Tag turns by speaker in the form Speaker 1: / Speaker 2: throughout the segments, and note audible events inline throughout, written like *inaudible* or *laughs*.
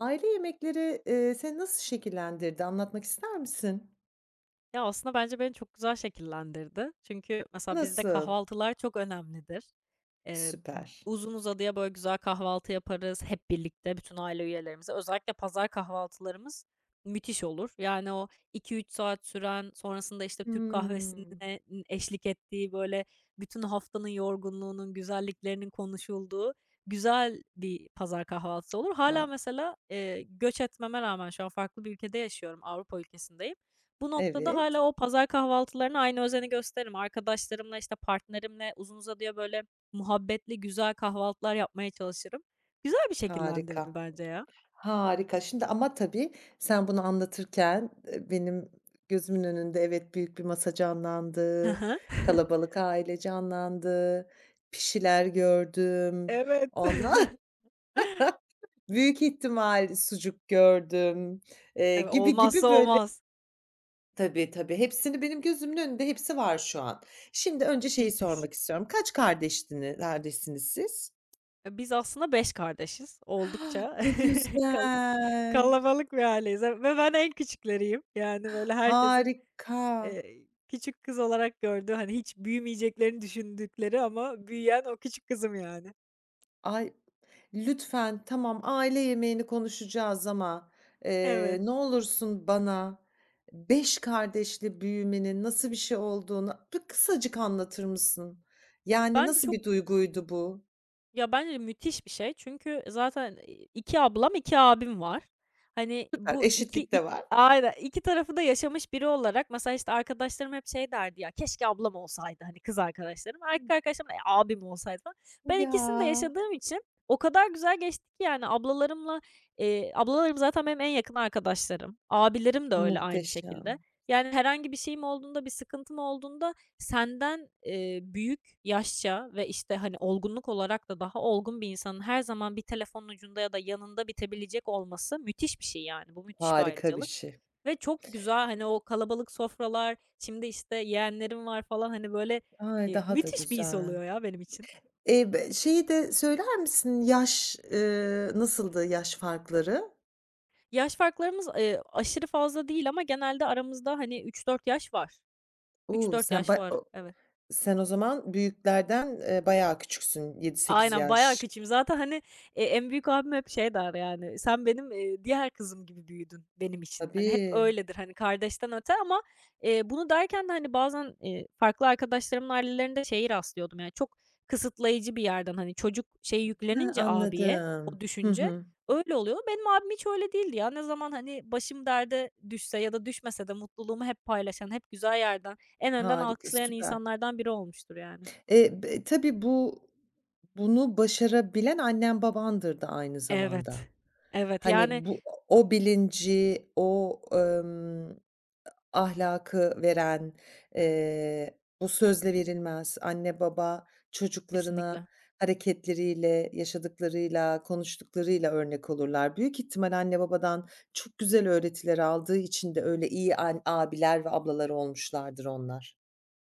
Speaker 1: Aile yemekleri, seni nasıl şekillendirdi? Anlatmak ister misin?
Speaker 2: Ya, aslında bence beni çok güzel şekillendirdi. Çünkü mesela bizde
Speaker 1: Nasıl?
Speaker 2: kahvaltılar çok önemlidir. Eee,
Speaker 1: Süper.
Speaker 2: uzun uzadıya böyle güzel kahvaltı yaparız hep birlikte bütün aile üyelerimize. Özellikle pazar kahvaltılarımız müthiş olur. Yani o 2-3 saat süren, sonrasında, işte, Türk
Speaker 1: Hımm.
Speaker 2: kahvesine eşlik ettiği, böyle, bütün haftanın yorgunluğunun, güzelliklerinin konuşulduğu güzel bir pazar kahvaltısı olur. Hala
Speaker 1: Ha,
Speaker 2: mesela, göç etmeme rağmen şu an farklı bir ülkede yaşıyorum, Avrupa ülkesindeyim. Bu noktada hala
Speaker 1: evet,
Speaker 2: o pazar kahvaltılarına aynı özeni gösteririm. Arkadaşlarımla, işte, partnerimle uzun uzadıya böyle muhabbetli, güzel kahvaltılar yapmaya çalışırım. Güzel bir
Speaker 1: harika,
Speaker 2: şekillendirdi bence ya.
Speaker 1: harika. Şimdi ama tabii sen bunu anlatırken, benim gözümün önünde, evet, büyük bir masa
Speaker 2: Hı
Speaker 1: canlandı,
Speaker 2: hı. *laughs*
Speaker 1: kalabalık aile canlandı, pişiler gördüm,
Speaker 2: Evet. *laughs*
Speaker 1: ondan *laughs* büyük ihtimal sucuk gördüm,
Speaker 2: Evet,
Speaker 1: gibi
Speaker 2: olmazsa
Speaker 1: gibi böyle.
Speaker 2: olmaz.
Speaker 1: Tabii, tabii. Hepsini benim gözümün önünde, hepsi var şu an. Şimdi önce şeyi
Speaker 2: Müthiş.
Speaker 1: sormak istiyorum. Kaç kardeşsiniz siz?
Speaker 2: Biz aslında 5 kardeşiz.
Speaker 1: *gasps* Ah,
Speaker 2: Oldukça *laughs*
Speaker 1: ne
Speaker 2: kal
Speaker 1: güzel.
Speaker 2: kalabalık bir aileyiz ve ben en küçükleriyim. Yani, böyle, herkesin,
Speaker 1: Harika.
Speaker 2: küçük kız olarak gördüğü, hani, hiç büyümeyeceklerini düşündükleri ama büyüyen o küçük kızım yani.
Speaker 1: Ay, lütfen tamam, aile yemeğini konuşacağız ama,
Speaker 2: Evet.
Speaker 1: ne olursun bana 5 kardeşli büyümenin nasıl bir şey olduğunu bir kısacık anlatır mısın? Yani
Speaker 2: Bence
Speaker 1: nasıl
Speaker 2: çok
Speaker 1: bir duyguydu bu?
Speaker 2: ya, bence müthiş bir şey. Çünkü zaten, 2 ablam, 2 abim var. Hani,
Speaker 1: Süper,
Speaker 2: bu 2
Speaker 1: eşitlik
Speaker 2: i
Speaker 1: de var.
Speaker 2: Aynen, 2 tarafı da yaşamış biri olarak mesela, işte, arkadaşlarım hep şey derdi ya, "Keşke ablam olsaydı." Hani, kız arkadaşlarım. Erkek arkadaşlarım, "Abim olsaydı." falan. Ben
Speaker 1: Ya,
Speaker 2: ikisini de yaşadığım için o kadar güzel geçti ki yani ablalarımla, ablalarım zaten benim en yakın arkadaşlarım. Abilerim de öyle aynı
Speaker 1: muhteşem.
Speaker 2: şekilde. Yani herhangi bir şeyim olduğunda, bir sıkıntım olduğunda senden, büyük yaşça ve, işte, hani, olgunluk olarak da daha olgun bir insanın her zaman bir telefonun ucunda ya da yanında bitebilecek olması müthiş bir şey yani. Bu müthiş bir
Speaker 1: Harika bir
Speaker 2: ayrıcalık
Speaker 1: şey.
Speaker 2: ve çok güzel, hani, o kalabalık sofralar, şimdi, işte, yeğenlerim var falan, hani, böyle,
Speaker 1: Ay, daha da
Speaker 2: müthiş bir his
Speaker 1: güzel.
Speaker 2: oluyor ya benim için.
Speaker 1: E be, şeyi de söyler misin? Yaş, nasıldı yaş farkları?
Speaker 2: Yaş farklarımız, aşırı fazla değil ama genelde aramızda, hani, 3-4 yaş var.
Speaker 1: U,
Speaker 2: üç dört
Speaker 1: sen ba
Speaker 2: yaş
Speaker 1: o
Speaker 2: var, evet.
Speaker 1: sen o zaman büyüklerden, bayağı küçüksün. 7-8
Speaker 2: Aynen, bayağı
Speaker 1: yaş.
Speaker 2: küçüğüm. Zaten, hani, en büyük abim hep şey der yani, "Sen benim, diğer kızım gibi büyüdün benim için." Hani, hep
Speaker 1: Tabii.
Speaker 2: öyledir, hani, kardeşten öte ama, bunu derken de, hani, bazen, farklı arkadaşlarımın ailelerinde şeyi rastlıyordum, yani, çok kısıtlayıcı bir yerden, hani, çocuk şey
Speaker 1: He,
Speaker 2: yüklenince abiye
Speaker 1: anladım.
Speaker 2: o
Speaker 1: Hı
Speaker 2: düşünce
Speaker 1: hı.
Speaker 2: öyle oluyor. Benim abim hiç öyle değildi ya. Ne zaman, hani, başım derde düşse ya da düşmese de mutluluğumu hep paylaşan, hep güzel yerden, en önden
Speaker 1: Harika,
Speaker 2: alkışlayan
Speaker 1: süper.
Speaker 2: insanlardan biri olmuştur yani.
Speaker 1: Be tabii, bunu başarabilen annen babandır da aynı zamanda.
Speaker 2: Evet. Evet,
Speaker 1: Hani,
Speaker 2: yani,
Speaker 1: o bilinci, o, ahlakı veren, bu sözle verilmez, anne baba çocuklarına
Speaker 2: kesinlikle.
Speaker 1: hareketleriyle, yaşadıklarıyla, konuştuklarıyla örnek olurlar. Büyük ihtimal anne babadan çok güzel öğretiler aldığı için de öyle iyi abiler ve ablalar olmuşlardır onlar.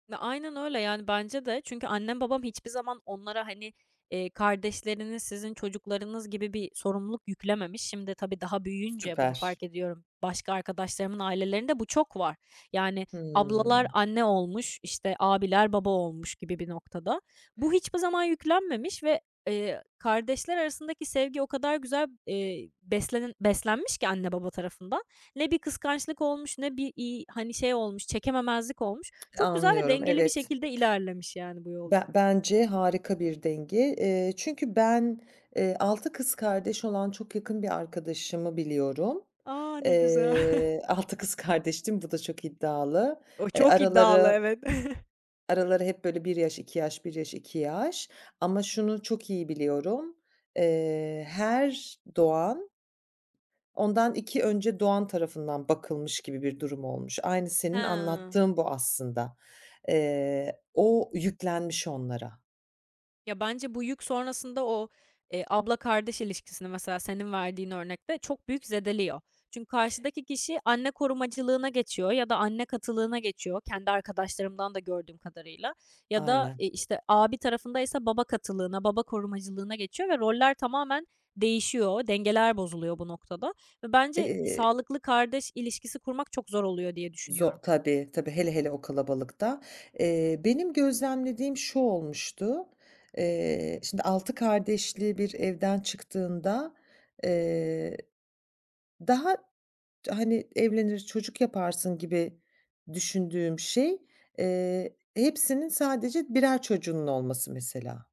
Speaker 2: Ya, aynen öyle, yani, bence de. Çünkü annem babam hiçbir zaman onlara, hani, "Kardeşleriniz sizin çocuklarınız." gibi bir sorumluluk yüklememiş. Şimdi tabii daha büyüyünce bunu
Speaker 1: Süper.
Speaker 2: fark ediyorum. Başka arkadaşlarımın ailelerinde bu çok var. Yani, ablalar
Speaker 1: Hımm,
Speaker 2: anne olmuş, işte, abiler baba olmuş gibi bir noktada. Bu hiçbir zaman yüklenmemiş ve, kardeşler arasındaki sevgi o kadar güzel, beslenmiş ki anne baba tarafından. Ne bir kıskançlık olmuş ne bir, hani, şey olmuş, çekememezlik olmuş. Çok güzel ve
Speaker 1: anlıyorum,
Speaker 2: dengeli bir
Speaker 1: evet.
Speaker 2: şekilde ilerlemiş yani bu
Speaker 1: Be
Speaker 2: yolculuk.
Speaker 1: bence harika bir denge. Çünkü ben, 6 kız kardeş olan çok yakın bir arkadaşımı biliyorum.
Speaker 2: A! Ne güzel.
Speaker 1: 6 kız kardeştim, bu da çok iddialı.
Speaker 2: O
Speaker 1: Eee,
Speaker 2: çok iddialı,
Speaker 1: araları
Speaker 2: evet. *laughs*
Speaker 1: araları hep böyle bir yaş, 2 yaş, bir yaş, 2 yaş ama şunu çok iyi biliyorum. Her doğan ondan 2 önce doğan tarafından bakılmış gibi bir durum olmuş. Aynı senin
Speaker 2: He.
Speaker 1: anlattığın bu aslında. O yüklenmiş onlara.
Speaker 2: Ya, bence bu yük sonrasında o, abla kardeş ilişkisini mesela senin verdiğin örnekte çok büyük zedeliyor. Çünkü karşıdaki kişi anne korumacılığına geçiyor ya da anne katılığına geçiyor kendi arkadaşlarımdan da gördüğüm kadarıyla ya da,
Speaker 1: Aynen.
Speaker 2: işte, abi tarafındaysa baba katılığına, baba korumacılığına geçiyor ve roller tamamen değişiyor, dengeler bozuluyor bu noktada ve bence
Speaker 1: Eee,
Speaker 2: sağlıklı kardeş ilişkisi kurmak çok zor oluyor diye
Speaker 1: zo
Speaker 2: düşünüyorum.
Speaker 1: Tabii, tabii, hele hele o kalabalıkta. Benim gözlemlediğim şu olmuştu: şimdi 6 kardeşli bir evden çıktığında, eee, daha, hani, evlenir, çocuk yaparsın gibi düşündüğüm şey, hepsinin sadece birer çocuğunun olması mesela.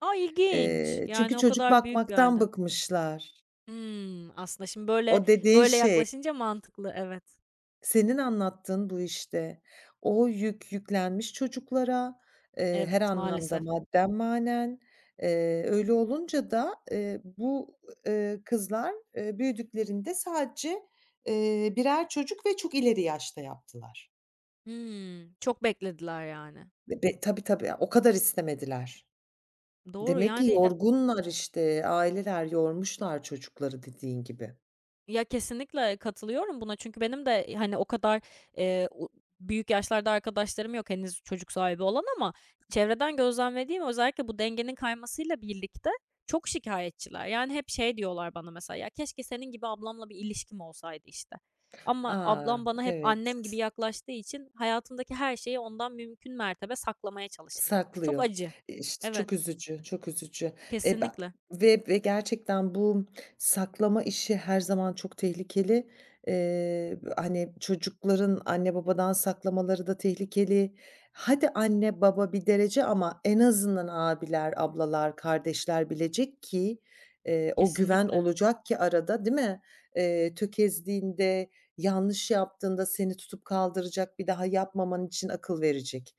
Speaker 2: A, ilginç!
Speaker 1: Çünkü
Speaker 2: Yani o
Speaker 1: çocuk
Speaker 2: kadar büyük bir
Speaker 1: bakmaktan
Speaker 2: halde.
Speaker 1: bıkmışlar.
Speaker 2: Hımm, aslında şimdi böyle
Speaker 1: O dediğin
Speaker 2: böyle
Speaker 1: şey.
Speaker 2: yaklaşınca mantıklı. Evet,
Speaker 1: Senin anlattığın bu işte. O yük yüklenmiş çocuklara, her
Speaker 2: evet,
Speaker 1: anlamda
Speaker 2: maalesef.
Speaker 1: madden manen. Öyle olunca da, bu, kızlar, büyüdüklerinde sadece, birer çocuk ve çok ileri yaşta yaptılar.
Speaker 2: Hımm, çok beklediler yani.
Speaker 1: Ve be tabii, tabii, o kadar istemediler.
Speaker 2: Doğru,
Speaker 1: Demek ki
Speaker 2: yani,
Speaker 1: yorgunlar işte, aileler yormuşlar çocukları dediğin gibi.
Speaker 2: ya, kesinlikle katılıyorum buna çünkü benim de, hani, o kadar, u büyük yaşlarda arkadaşlarım yok henüz çocuk sahibi olan ama çevreden gözlemlediğim özellikle bu dengenin kaymasıyla birlikte çok şikayetçiler. Yani, hep şey diyorlar bana mesela, "Ya, keşke senin gibi ablamla bir ilişkim olsaydı." işte. Ama
Speaker 1: A!
Speaker 2: ablam bana hep
Speaker 1: Evet.
Speaker 2: annem gibi yaklaştığı için hayatımdaki her şeyi ondan mümkün mertebe saklamaya çalışırım gibi. Çok
Speaker 1: Saklıyor.
Speaker 2: acı.
Speaker 1: E, işte,
Speaker 2: Evet,
Speaker 1: çok üzücü, çok üzücü. E, be
Speaker 2: kesinlikle,
Speaker 1: ve gerçekten bu saklama işi her zaman çok tehlikeli. Hani, çocukların anne babadan saklamaları da tehlikeli. Hadi anne baba bir derece ama en azından abiler, ablalar, kardeşler bilecek ki, o güven
Speaker 2: kesinlikle.
Speaker 1: olacak ki arada, değil mi? Tökezlediğinde, yanlış yaptığında seni tutup kaldıracak, bir daha yapmaman için akıl verecek.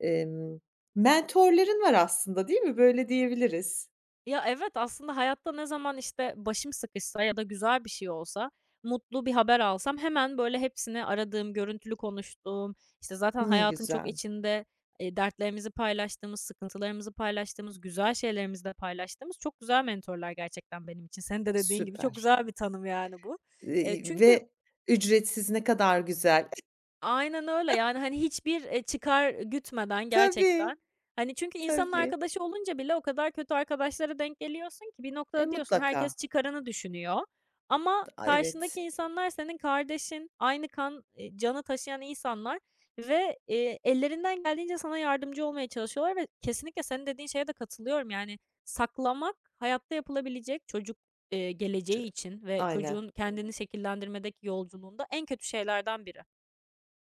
Speaker 1: Emm Mentorların var aslında, değil mi? Böyle diyebiliriz.
Speaker 2: Ya, evet, aslında hayatta ne zaman, işte, başım sıkışsa ya da güzel bir şey olsa, mutlu bir haber alsam hemen, böyle, hepsini aradığım, görüntülü konuştuğum, işte, zaten
Speaker 1: Ne
Speaker 2: hayatın çok
Speaker 1: güzel,
Speaker 2: içinde, dertlerimizi paylaştığımız, sıkıntılarımızı paylaştığımız, güzel şeylerimizi de paylaştığımız çok güzel mentorlar gerçekten benim için. Senin de dediğin gibi çok
Speaker 1: süper.
Speaker 2: güzel bir tanım, yani, bu. Çünkü
Speaker 1: Ve ücretsiz ne kadar güzel. *laughs*
Speaker 2: Aynen öyle, yani, hani, hiçbir, çıkar gütmeden
Speaker 1: Tabii,
Speaker 2: gerçekten, hani, çünkü insanın
Speaker 1: tabii.
Speaker 2: arkadaşı olunca bile o kadar kötü arkadaşlara denk geliyorsun ki bir
Speaker 1: E,
Speaker 2: noktada diyorsun
Speaker 1: mutlaka.
Speaker 2: herkes çıkarını düşünüyor ama
Speaker 1: A, evet.
Speaker 2: karşındaki insanlar senin kardeşin, aynı kan, canı taşıyan insanlar ve, ellerinden geldiğince sana yardımcı olmaya çalışıyorlar ve kesinlikle senin dediğin şeye de katılıyorum, yani, saklamak hayatta yapılabilecek çocuk,
Speaker 1: Çı
Speaker 2: geleceği için ve
Speaker 1: aynen,
Speaker 2: çocuğun kendini şekillendirmedeki yolculuğunda en kötü şeylerden biri.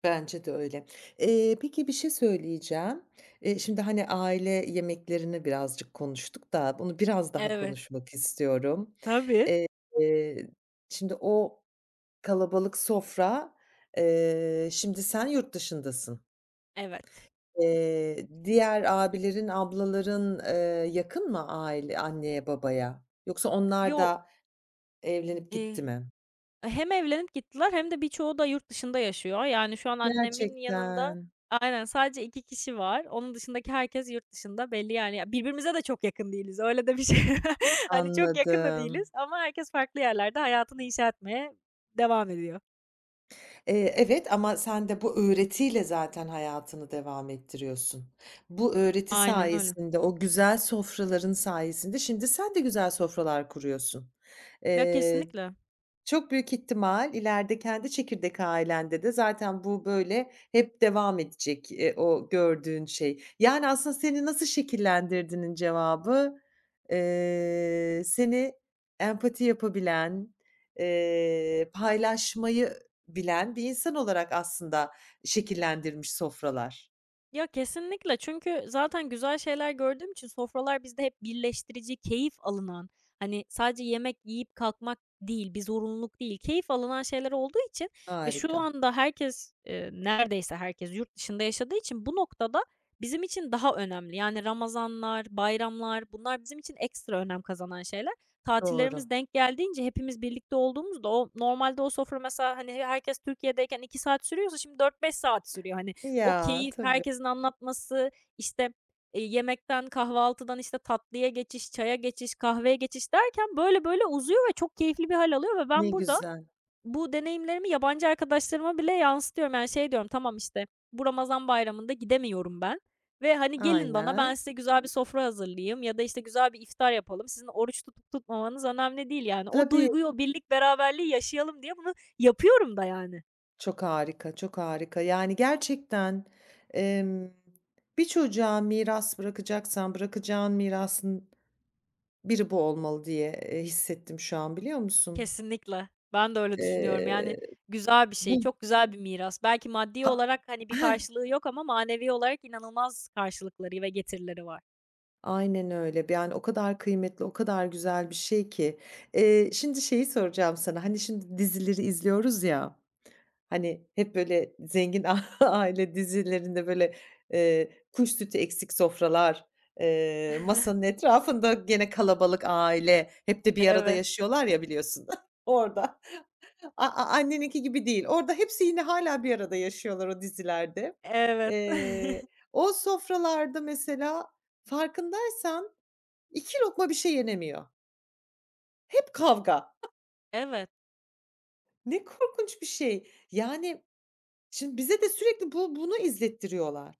Speaker 1: bence de öyle. Peki, bir şey söyleyeceğim. Şimdi, hani, aile yemeklerini birazcık konuştuk da bunu biraz daha
Speaker 2: Evet.
Speaker 1: konuşmak istiyorum.
Speaker 2: Tabii.
Speaker 1: Eee, eee, şimdi o kalabalık sofra, şimdi sen yurt dışındasın.
Speaker 2: Evet.
Speaker 1: Diğer abilerin, ablaların, yakın mı aile anneye, babaya? Yoksa onlar
Speaker 2: Yo,
Speaker 1: da evlenip gitti
Speaker 2: eee,
Speaker 1: mi?
Speaker 2: hem evlenip gittiler hem de birçoğu da yurt dışında yaşıyor. Yani, şu an annemin yanında
Speaker 1: Gerçekten.
Speaker 2: aynen, sadece 2 kişi var. Onun dışındaki herkes yurt dışında. Belli, yani, ya, birbirimize de çok yakın değiliz. Öyle de bir şey. *laughs* Hani, çok yakın da
Speaker 1: Anladım.
Speaker 2: değiliz ama herkes farklı yerlerde hayatını inşa etmeye devam ediyor.
Speaker 1: Evet ama sen de bu öğretiyle zaten hayatını devam ettiriyorsun. Bu öğreti
Speaker 2: Aynen öyle.
Speaker 1: sayesinde, o güzel sofraların sayesinde şimdi sen de güzel sofralar kuruyorsun.
Speaker 2: Ya,
Speaker 1: Eee
Speaker 2: kesinlikle.
Speaker 1: Çok büyük ihtimal ileride kendi çekirdek ailende de zaten bu böyle hep devam edecek, o gördüğün şey. Yani aslında seni nasıl şekillendirdiğinin cevabı, seni empati yapabilen, paylaşmayı bilen bir insan olarak aslında şekillendirmiş sofralar.
Speaker 2: Ya, kesinlikle çünkü zaten güzel şeyler gördüğüm için sofralar bizde hep birleştirici, keyif alınan, hani, sadece yemek yiyip kalkmak değil, bir zorunluluk değil, keyif alınan şeyler olduğu için ve şu
Speaker 1: Harika,
Speaker 2: anda neredeyse herkes yurt dışında yaşadığı için bu noktada bizim için daha önemli. Yani ramazanlar, bayramlar bunlar bizim için ekstra önem kazanan şeyler.
Speaker 1: doğru.
Speaker 2: Tatillerimiz denk geldiğince hepimiz birlikte olduğumuzda o normalde o sofra mesela, hani, herkes Türkiye'deyken 2 saat sürüyorsa şimdi 4-5 saat sürüyor. Hani, o
Speaker 1: Ya,
Speaker 2: keyif,
Speaker 1: tabii,
Speaker 2: herkesin anlatması, işte, yemekten, kahvaltıdan, işte, tatlıya geçiş, çaya geçiş, kahveye geçiş derken böyle böyle uzuyor ve çok keyifli bir hal alıyor ve
Speaker 1: ne
Speaker 2: ben burada
Speaker 1: güzel.
Speaker 2: bu deneyimlerimi yabancı arkadaşlarıma bile yansıtıyorum. Yani, şey diyorum, "Tamam, işte, bu Ramazan Bayramı'nda gidemiyorum ben ve, hani, gelin bana, ben
Speaker 1: Aynen.
Speaker 2: size güzel bir sofra hazırlayayım ya da, işte, güzel bir iftar yapalım. Sizin oruç tutup tutmamanız önemli değil." Yani, o
Speaker 1: Tabii.
Speaker 2: duyguyu, o birlik beraberliği yaşayalım diye bunu yapıyorum da yani.
Speaker 1: Çok harika, çok harika. Yani gerçekten, emm, bir çocuğa miras bırakacaksan bırakacağın mirasın biri bu olmalı diye, hissettim şu an, biliyor musun?
Speaker 2: Kesinlikle. Ben de öyle düşünüyorum.
Speaker 1: Eee,
Speaker 2: Yani güzel bir şey,
Speaker 1: bu
Speaker 2: çok güzel bir miras. Belki maddi
Speaker 1: ha
Speaker 2: olarak hani bir
Speaker 1: Heh,
Speaker 2: karşılığı yok ama manevi olarak inanılmaz karşılıkları ve getirileri var.
Speaker 1: aynen öyle. Yani o kadar kıymetli, o kadar güzel bir şey ki. Şimdi şeyi soracağım sana, hani, şimdi dizileri izliyoruz ya. Hani, hep böyle zengin *laughs* aile dizilerinde, böyle, kuş sütü eksik sofralar, masanın
Speaker 2: *laughs*
Speaker 1: etrafında gene kalabalık aile, hep de bir arada
Speaker 2: Evet,
Speaker 1: yaşıyorlar ya, biliyorsun, *laughs* orada. A, anneninki gibi değil. Orada hepsi yine hala bir arada yaşıyorlar o dizilerde.
Speaker 2: evet. *laughs*
Speaker 1: Eee, o sofralarda mesela, farkındaysan, 2 lokma bir şey yenemiyor. Hep kavga.
Speaker 2: Evet.
Speaker 1: Ne korkunç bir şey. Yani, şimdi bize de sürekli bu bunu izlettiriyorlar.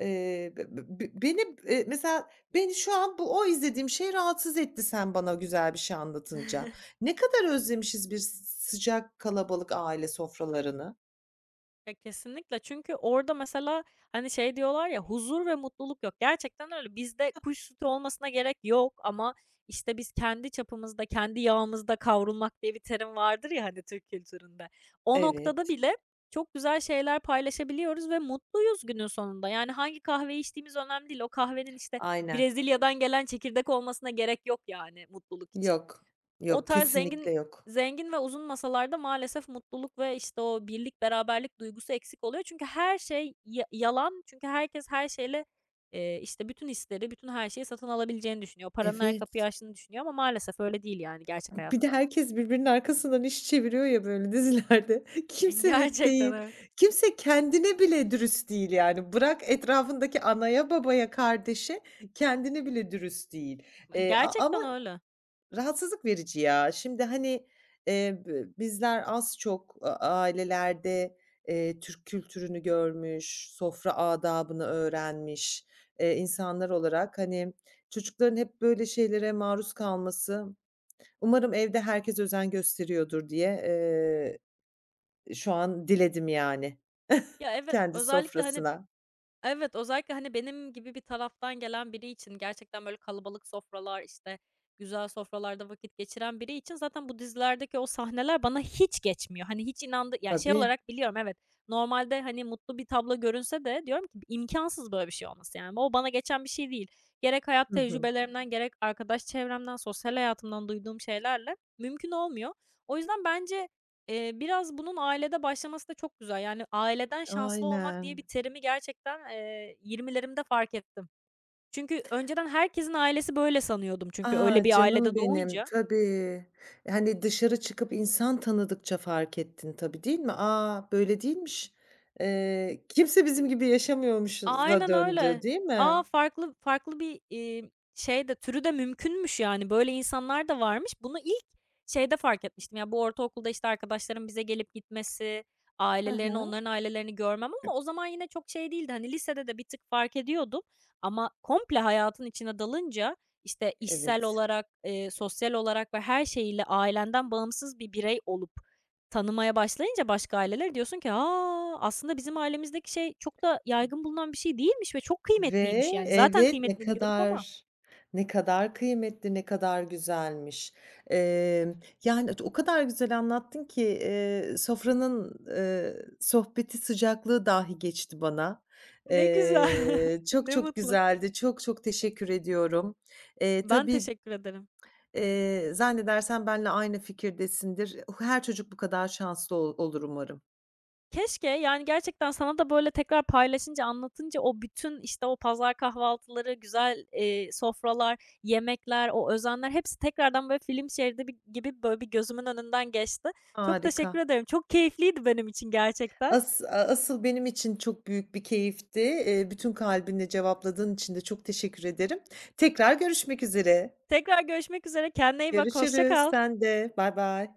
Speaker 1: Be be beni, mesela beni şu an bu o izlediğim şey rahatsız etti sen bana güzel bir şey anlatınca.
Speaker 2: *laughs*
Speaker 1: Ne kadar özlemişiz bir sıcak kalabalık aile sofralarını.
Speaker 2: Ya, kesinlikle çünkü orada mesela, hani, şey diyorlar ya, huzur ve mutluluk yok. Gerçekten öyle. Bizde kuş sütü olmasına gerek yok ama, işte, biz kendi çapımızda, kendi yağımızda kavrulmak diye bir terim vardır ya, hani, Türk kültüründe. O noktada
Speaker 1: Evet.
Speaker 2: bile çok güzel şeyler paylaşabiliyoruz ve mutluyuz günün sonunda. Yani, hangi kahve içtiğimiz önemli değil. O kahvenin, işte,
Speaker 1: Aynen.
Speaker 2: Brezilya'dan gelen çekirdek olmasına gerek yok yani mutluluk için.
Speaker 1: Yok.
Speaker 2: O
Speaker 1: Yok,
Speaker 2: tarz zengin
Speaker 1: kesinlikle yok.
Speaker 2: zengin ve uzun masalarda maalesef mutluluk ve, işte, o birlik, beraberlik duygusu eksik oluyor. Çünkü her şey ya yalan. Çünkü herkes her şeyle, işte, bütün hisleri, bütün her şeyi satın alabileceğini düşünüyor. Paranın her kapıyı
Speaker 1: Evet.
Speaker 2: açtığını düşünüyor ama maalesef öyle değil, yani, gerçek
Speaker 1: Bir de
Speaker 2: hayatta.
Speaker 1: herkes birbirinin arkasından iş çeviriyor ya, böyle, *laughs* dizilerde.
Speaker 2: *laughs*
Speaker 1: Kimse net
Speaker 2: Gerçekten,
Speaker 1: değil.
Speaker 2: evet.
Speaker 1: Kimse kendine bile dürüst değil yani. Bırak etrafındaki anaya, babaya, kardeşe, kendine bile dürüst değil. A ama
Speaker 2: Gerçekten öyle.
Speaker 1: rahatsızlık verici ya. Şimdi, hani, b bizler az çok ailelerde, Türk kültürünü görmüş, sofra adabını öğrenmiş, insanlar olarak, hani, çocukların hep böyle şeylere maruz kalması, umarım evde herkes özen gösteriyordur diye, şu an diledim yani *laughs*
Speaker 2: Ya, evet,
Speaker 1: kendi
Speaker 2: özellikle, hani
Speaker 1: sofrasına.
Speaker 2: Evet, özellikle, hani, benim gibi bir taraftan gelen biri için gerçekten böyle kalabalık sofralar, işte, güzel sofralarda vakit geçiren biri için zaten bu dizilerdeki o sahneler bana hiç geçmiyor. Hani, hiç inandı ya, şey
Speaker 1: Tabii.
Speaker 2: olarak biliyorum, evet, normalde, hani, mutlu bir tablo görünse de diyorum ki imkansız böyle bir şey olması, yani, o bana geçen bir şey değil. Gerek hayat
Speaker 1: Hı hı.
Speaker 2: tecrübelerimden, gerek arkadaş çevremden, sosyal hayatımdan duyduğum şeylerle mümkün olmuyor. O yüzden bence Biraz bunun ailede başlaması da çok güzel. Yani, aileden şanslı olmak diye bir
Speaker 1: Aynen.
Speaker 2: terimi gerçekten, 20'lerimde fark ettim. Çünkü önceden herkesin ailesi böyle sanıyordum çünkü öyle
Speaker 1: A,
Speaker 2: bir
Speaker 1: canım
Speaker 2: ailede
Speaker 1: benim.
Speaker 2: doğunca
Speaker 1: Tabii. E, hani, dışarı çıkıp insan tanıdıkça fark ettin tabii, değil mi? A, böyle değilmiş. Kimse bizim gibi yaşamıyormuşuza
Speaker 2: aynen
Speaker 1: döndü,
Speaker 2: öyle.
Speaker 1: değil
Speaker 2: A,
Speaker 1: mi?
Speaker 2: farklı farklı bir, şey de türü de mümkünmüş yani. Böyle insanlar da varmış. Bunu ilk şeyde fark etmiştim. Ya, bu ortaokulda, işte, arkadaşlarımın bize gelip gitmesi,
Speaker 1: Hı
Speaker 2: ailelerini,
Speaker 1: hı.
Speaker 2: onların ailelerini görmem ama o zaman yine çok şey değildi. Hani, lisede de bir tık fark ediyordum ama komple hayatın içine dalınca, işte, işsel
Speaker 1: Evet.
Speaker 2: olarak, sosyal olarak ve her şeyiyle ailenden bağımsız bir birey olup tanımaya başlayınca başka aileler diyorsun ki, "Aa, aslında bizim ailemizdeki şey çok da yaygın bulunan bir şey değilmiş ve çok
Speaker 1: Ve
Speaker 2: kıymetliymiş." Yani zaten
Speaker 1: evet, ne
Speaker 2: kıymetini biliyorduk ama.
Speaker 1: kadar ne kadar kıymetli, ne kadar güzelmiş. Emm, yani, o kadar güzel anlattın ki, sofranın, sohbeti sıcaklığı dahi geçti bana.
Speaker 2: Ne güzel, *laughs*
Speaker 1: Çok
Speaker 2: ne
Speaker 1: çok
Speaker 2: mutlu.
Speaker 1: güzeldi. Çok çok teşekkür ediyorum.
Speaker 2: Ben
Speaker 1: Tabii,
Speaker 2: teşekkür ederim.
Speaker 1: zannedersem benimle aynı fikirdesindir. Her çocuk bu kadar şanslı olur umarım.
Speaker 2: Keşke, yani, gerçekten sana da böyle tekrar paylaşınca, anlatınca o bütün, işte, o pazar kahvaltıları, güzel, sofralar, yemekler, o özenler hepsi tekrardan böyle film şeridi gibi böyle bir gözümün önünden geçti. Çok
Speaker 1: Harika.
Speaker 2: teşekkür ederim. Çok keyifliydi benim için gerçekten.
Speaker 1: Asıl benim için çok büyük bir keyifti. Bütün kalbinle cevapladığın için de çok teşekkür ederim. Tekrar görüşmek üzere.
Speaker 2: Tekrar görüşmek üzere. Kendine iyi bak. Hoşça
Speaker 1: Görüşürüz.
Speaker 2: kal.
Speaker 1: Sen de. Baybay.